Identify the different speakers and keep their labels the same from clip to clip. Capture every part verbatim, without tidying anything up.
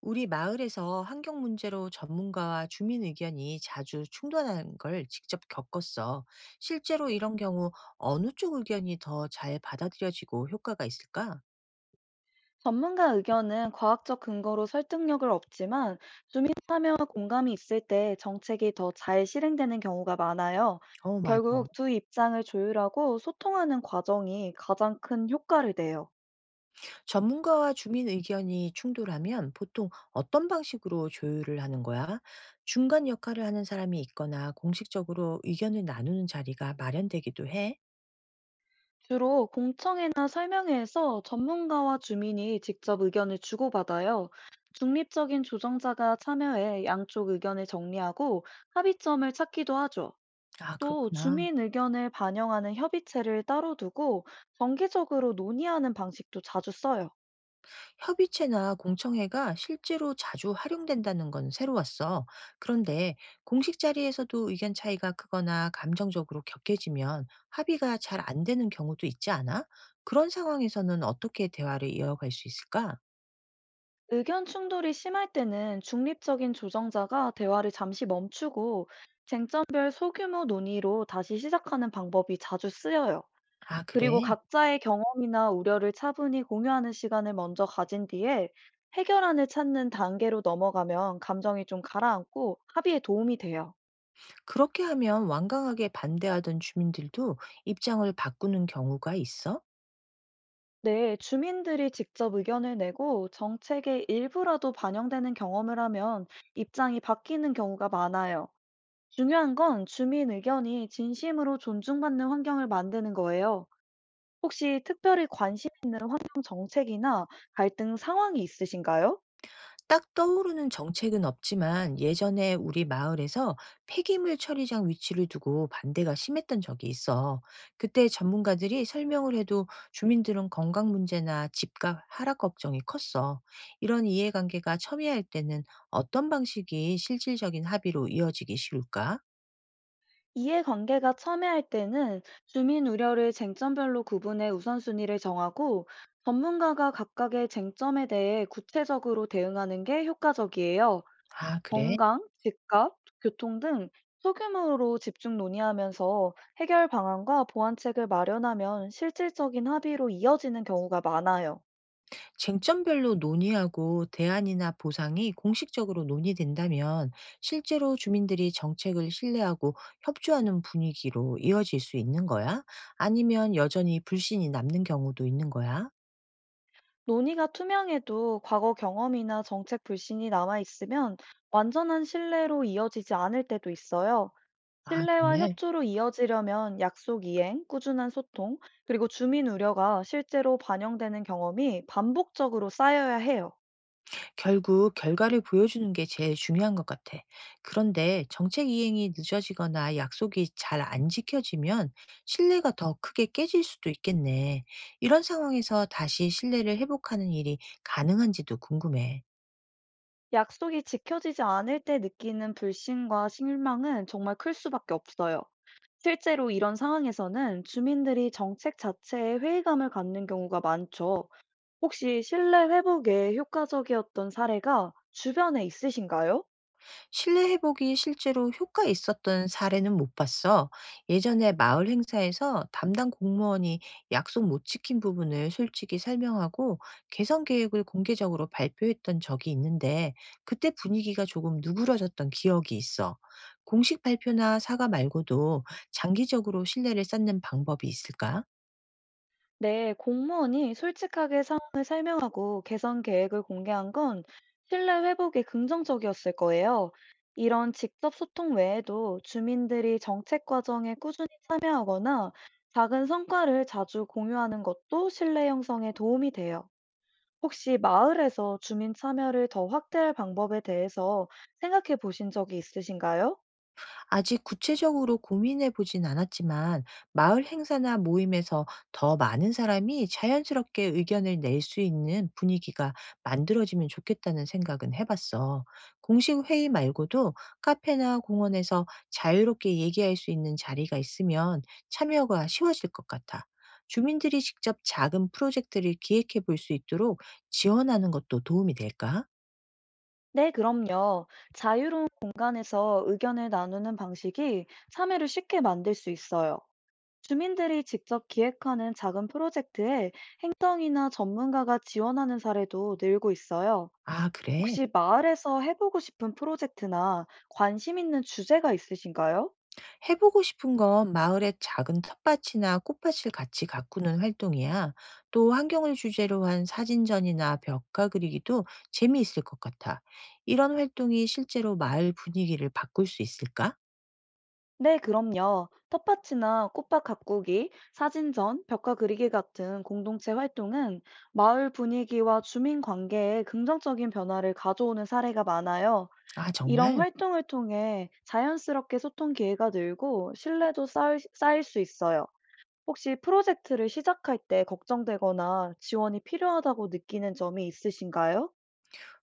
Speaker 1: 우리 마을에서 환경 문제로 전문가와 주민 의견이 자주 충돌하는 걸 직접 겪었어. 실제로 이런 경우 어느 쪽 의견이 더 잘 받아들여지고 효과가 있을까?
Speaker 2: 전문가 의견은 과학적 근거로 설득력을 얻지만 주민 참여와 공감이 있을 때 정책이 더 잘 실행되는 경우가 많아요.
Speaker 1: 어, 맞아.
Speaker 2: 결국 두 입장을 조율하고 소통하는 과정이 가장 큰 효과를 내요.
Speaker 1: 전문가와 주민 의견이 충돌하면 보통 어떤 방식으로 조율을 하는 거야? 중간 역할을 하는 사람이 있거나 공식적으로 의견을 나누는 자리가 마련되기도 해?
Speaker 2: 주로 공청회나 설명회에서 전문가와 주민이 직접 의견을 주고받아요. 중립적인 조정자가 참여해 양쪽 의견을 정리하고 합의점을 찾기도 하죠.
Speaker 1: 아,
Speaker 2: 또
Speaker 1: 그렇구나.
Speaker 2: 주민 의견을 반영하는 협의체를 따로 두고 정기적으로 논의하는 방식도 자주 써요.
Speaker 1: 협의체나 공청회가 실제로 자주 활용된다는 건 새로웠어. 그런데 공식 자리에서도 의견 차이가 크거나 감정적으로 격해지면 합의가 잘 안 되는 경우도 있지 않아? 그런 상황에서는 어떻게 대화를 이어갈 수 있을까?
Speaker 2: 의견 충돌이 심할 때는 중립적인 조정자가 대화를 잠시 멈추고 쟁점별 소규모 논의로 다시 시작하는 방법이 자주 쓰여요.
Speaker 1: 아,
Speaker 2: 그리고
Speaker 1: 그래.
Speaker 2: 각자의 경험이나 우려를 차분히 공유하는 시간을 먼저 가진 뒤에 해결안을 찾는 단계로 넘어가면 감정이 좀 가라앉고 합의에 도움이 돼요.
Speaker 1: 그렇게 하면 완강하게 반대하던 주민들도 입장을 바꾸는 경우가 있어?
Speaker 2: 네, 주민들이 직접 의견을 내고 정책의 일부라도 반영되는 경험을 하면 입장이 바뀌는 경우가 많아요. 중요한 건 주민 의견이 진심으로 존중받는 환경을 만드는 거예요. 혹시 특별히 관심 있는 환경 정책이나 갈등 상황이 있으신가요?
Speaker 1: 딱 떠오르는 정책은 없지만 예전에 우리 마을에서 폐기물 처리장 위치를 두고 반대가 심했던 적이 있어. 그때 전문가들이 설명을 해도 주민들은 건강 문제나 집값 하락 걱정이 컸어. 이런 이해관계가 첨예할 때는 어떤 방식이 실질적인 합의로 이어지기 쉬울까?
Speaker 2: 이해관계가 첨예할 때는 주민 우려를 쟁점별로 구분해 우선순위를 정하고 전문가가 각각의 쟁점에 대해 구체적으로 대응하는 게 효과적이에요.
Speaker 1: 아, 그래.
Speaker 2: 건강, 집값, 교통 등 소규모로 집중 논의하면서 해결 방안과 보완책을 마련하면 실질적인 합의로 이어지는 경우가 많아요.
Speaker 1: 쟁점별로 논의하고 대안이나 보상이 공식적으로 논의된다면 실제로 주민들이 정책을 신뢰하고 협조하는 분위기로 이어질 수 있는 거야? 아니면 여전히 불신이 남는 경우도 있는 거야?
Speaker 2: 논의가 투명해도 과거 경험이나 정책 불신이 남아 있으면 완전한 신뢰로 이어지지 않을 때도 있어요.
Speaker 1: 아,
Speaker 2: 신뢰와
Speaker 1: 정말.
Speaker 2: 협조로 이어지려면 약속 이행, 꾸준한 소통, 그리고 주민 우려가 실제로 반영되는 경험이 반복적으로 쌓여야 해요.
Speaker 1: 결국 결과를 보여주는 게 제일 중요한 것 같아. 그런데 정책 이행이 늦어지거나 약속이 잘 안 지켜지면 신뢰가 더 크게 깨질 수도 있겠네. 이런 상황에서 다시 신뢰를 회복하는 일이 가능한지도 궁금해.
Speaker 2: 약속이 지켜지지 않을 때 느끼는 불신과 실망은 정말 클 수밖에 없어요. 실제로 이런 상황에서는 주민들이 정책 자체에 회의감을 갖는 경우가 많죠. 혹시 신뢰 회복에 효과적이었던 사례가 주변에 있으신가요?
Speaker 1: 실내 회복이 실제로 효과 있었던 사례는 못 봤어. 예전에 마을 행사에서 담당 공무원이 약속 못 지킨 부분을 솔직히 설명하고 개선 계획을 공개적으로 발표했던 적이 있는데 그때 분위기가 조금 누그러졌던 기억이 있어. 공식 발표나 사과 말고도 장기적으로 신뢰를 쌓는 방법이 있을까?
Speaker 2: 네, 공무원이 솔직하게 상황을 설명하고 개선 계획을 공개한 건 신뢰 회복에 긍정적이었을 거예요. 이런 직접 소통 외에도 주민들이 정책 과정에 꾸준히 참여하거나 작은 성과를 자주 공유하는 것도 신뢰 형성에 도움이 돼요. 혹시 마을에서 주민 참여를 더 확대할 방법에 대해서 생각해 보신 적이 있으신가요?
Speaker 1: 아직 구체적으로 고민해 보진 않았지만 마을 행사나 모임에서 더 많은 사람이 자연스럽게 의견을 낼 수 있는 분위기가 만들어지면 좋겠다는 생각은 해봤어. 공식 회의 말고도 카페나 공원에서 자유롭게 얘기할 수 있는 자리가 있으면 참여가 쉬워질 것 같아. 주민들이 직접 작은 프로젝트를 기획해 볼 수 있도록 지원하는 것도 도움이 될까?
Speaker 2: 네, 그럼요. 자유로운 공간에서 의견을 나누는 방식이 참여를 쉽게 만들 수 있어요. 주민들이 직접 기획하는 작은 프로젝트에 행정이나 전문가가 지원하는 사례도 늘고 있어요.
Speaker 1: 아, 그래.
Speaker 2: 혹시 마을에서 해보고 싶은 프로젝트나 관심 있는 주제가 있으신가요?
Speaker 1: 해보고 싶은 건 마을의 작은 텃밭이나 꽃밭을 같이 가꾸는 활동이야. 또 환경을 주제로 한 사진전이나 벽화 그리기도 재미있을 것 같아. 이런 활동이 실제로 마을 분위기를 바꿀 수 있을까?
Speaker 2: 네, 그럼요. 텃밭이나 꽃밭 가꾸기, 사진전, 벽화 그리기 같은 공동체 활동은 마을 분위기와 주민 관계에 긍정적인 변화를 가져오는 사례가 많아요.
Speaker 1: 아,
Speaker 2: 이런
Speaker 1: 정말?
Speaker 2: 활동을 통해 자연스럽게 소통 기회가 늘고 신뢰도 쌓을- 쌓일 수 있어요. 혹시 프로젝트를 시작할 때 걱정되거나 지원이 필요하다고 느끼는 점이 있으신가요?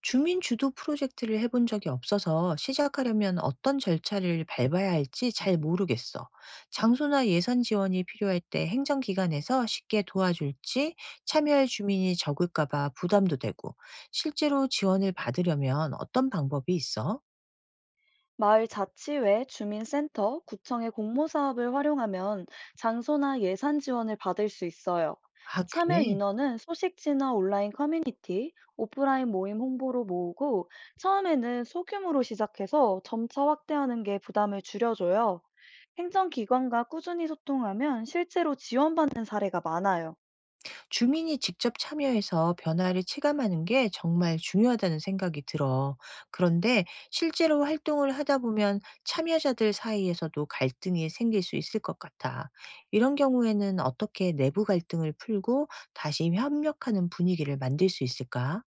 Speaker 1: 주민 주도 프로젝트를 해본 적이 없어서 시작하려면 어떤 절차를 밟아야 할지 잘 모르겠어. 장소나 예산 지원이 필요할 때 행정기관에서 쉽게 도와줄지 참여할 주민이 적을까봐 부담도 되고, 실제로 지원을 받으려면 어떤 방법이 있어?
Speaker 2: 마을 자치회, 주민센터, 구청의 공모 사업을 활용하면 장소나 예산 지원을 받을 수 있어요.
Speaker 1: 아,
Speaker 2: 참여
Speaker 1: 그래?
Speaker 2: 인원은 소식지나 온라인 커뮤니티, 오프라인 모임 홍보로 모으고 처음에는 소규모로 시작해서 점차 확대하는 게 부담을 줄여줘요. 행정기관과 꾸준히 소통하면 실제로 지원받는 사례가 많아요.
Speaker 1: 주민이 직접 참여해서 변화를 체감하는 게 정말 중요하다는 생각이 들어. 그런데 실제로 활동을 하다 보면 참여자들 사이에서도 갈등이 생길 수 있을 것 같아. 이런 경우에는 어떻게 내부 갈등을 풀고 다시 협력하는 분위기를 만들 수 있을까?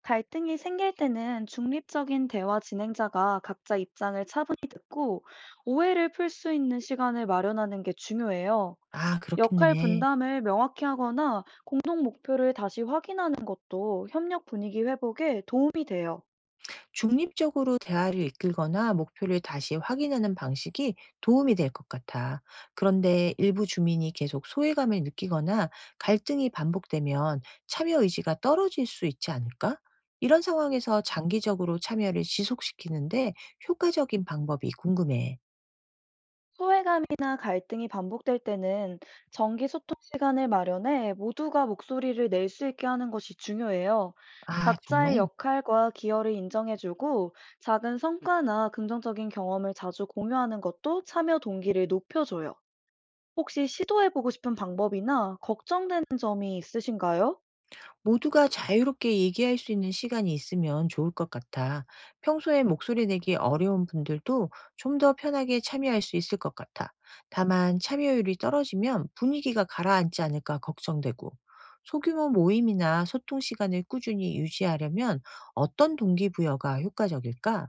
Speaker 2: 갈등이 생길 때는 중립적인 대화 진행자가 각자 입장을 차분히 듣고 오해를 풀 수 있는 시간을 마련하는 게 중요해요.
Speaker 1: 아,
Speaker 2: 역할
Speaker 1: 그렇겠네.
Speaker 2: 분담을 명확히 하거나 공동 목표를 다시 확인하는 것도 협력 분위기 회복에 도움이 돼요.
Speaker 1: 중립적으로 대화를 이끌거나 목표를 다시 확인하는 방식이 도움이 될 것 같아. 그런데 일부 주민이 계속 소외감을 느끼거나 갈등이 반복되면 참여 의지가 떨어질 수 있지 않을까? 이런 상황에서 장기적으로 참여를 지속시키는데 효과적인 방법이 궁금해.
Speaker 2: 소외감이나 갈등이 반복될 때는 정기 소통 시간을 마련해 모두가 목소리를 낼 수 있게 하는 것이 중요해요.
Speaker 1: 아,
Speaker 2: 각자의
Speaker 1: 정말?
Speaker 2: 역할과 기여를 인정해주고 작은 성과나 긍정적인 경험을 자주 공유하는 것도 참여 동기를 높여줘요. 혹시 시도해보고 싶은 방법이나 걱정되는 점이 있으신가요?
Speaker 1: 모두가 자유롭게 얘기할 수 있는 시간이 있으면 좋을 것 같아. 평소에 목소리 내기 어려운 분들도 좀 더 편하게 참여할 수 있을 것 같아. 다만 참여율이 떨어지면 분위기가 가라앉지 않을까 걱정되고, 소규모 모임이나 소통 시간을 꾸준히 유지하려면 어떤 동기부여가 효과적일까?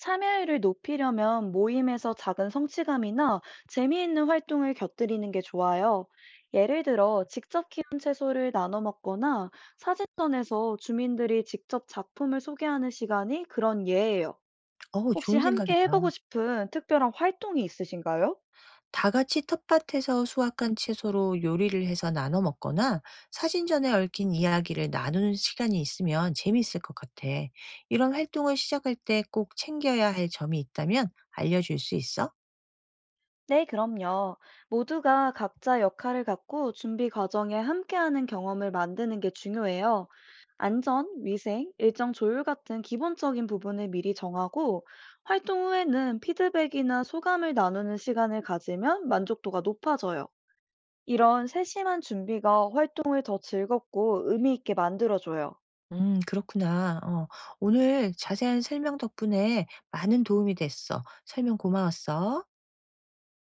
Speaker 2: 참여율을 높이려면 모임에서 작은 성취감이나 재미있는 활동을 곁들이는 게 좋아요. 예를 들어, 직접 키운 채소를 나눠 먹거나 사진전에서 주민들이 직접 작품을 소개하는 시간이 그런 예예요.
Speaker 1: 어,
Speaker 2: 혹시
Speaker 1: 좋은
Speaker 2: 함께
Speaker 1: 생각이다.
Speaker 2: 해보고 싶은 특별한 활동이 있으신가요?
Speaker 1: 다 같이 텃밭에서 수확한 채소로 요리를 해서 나눠 먹거나 사진전에 얽힌 이야기를 나누는 시간이 있으면 재미있을 것 같아. 이런 활동을 시작할 때 꼭 챙겨야 할 점이 있다면 알려줄 수 있어?
Speaker 2: 네, 그럼요. 모두가 각자 역할을 갖고 준비 과정에 함께하는 경험을 만드는 게 중요해요. 안전, 위생, 일정 조율 같은 기본적인 부분을 미리 정하고 활동 후에는 피드백이나 소감을 나누는 시간을 가지면 만족도가 높아져요. 이런 세심한 준비가 활동을 더 즐겁고 의미 있게 만들어줘요.
Speaker 1: 음, 그렇구나. 어, 오늘 자세한 설명 덕분에 많은 도움이 됐어. 설명 고마웠어.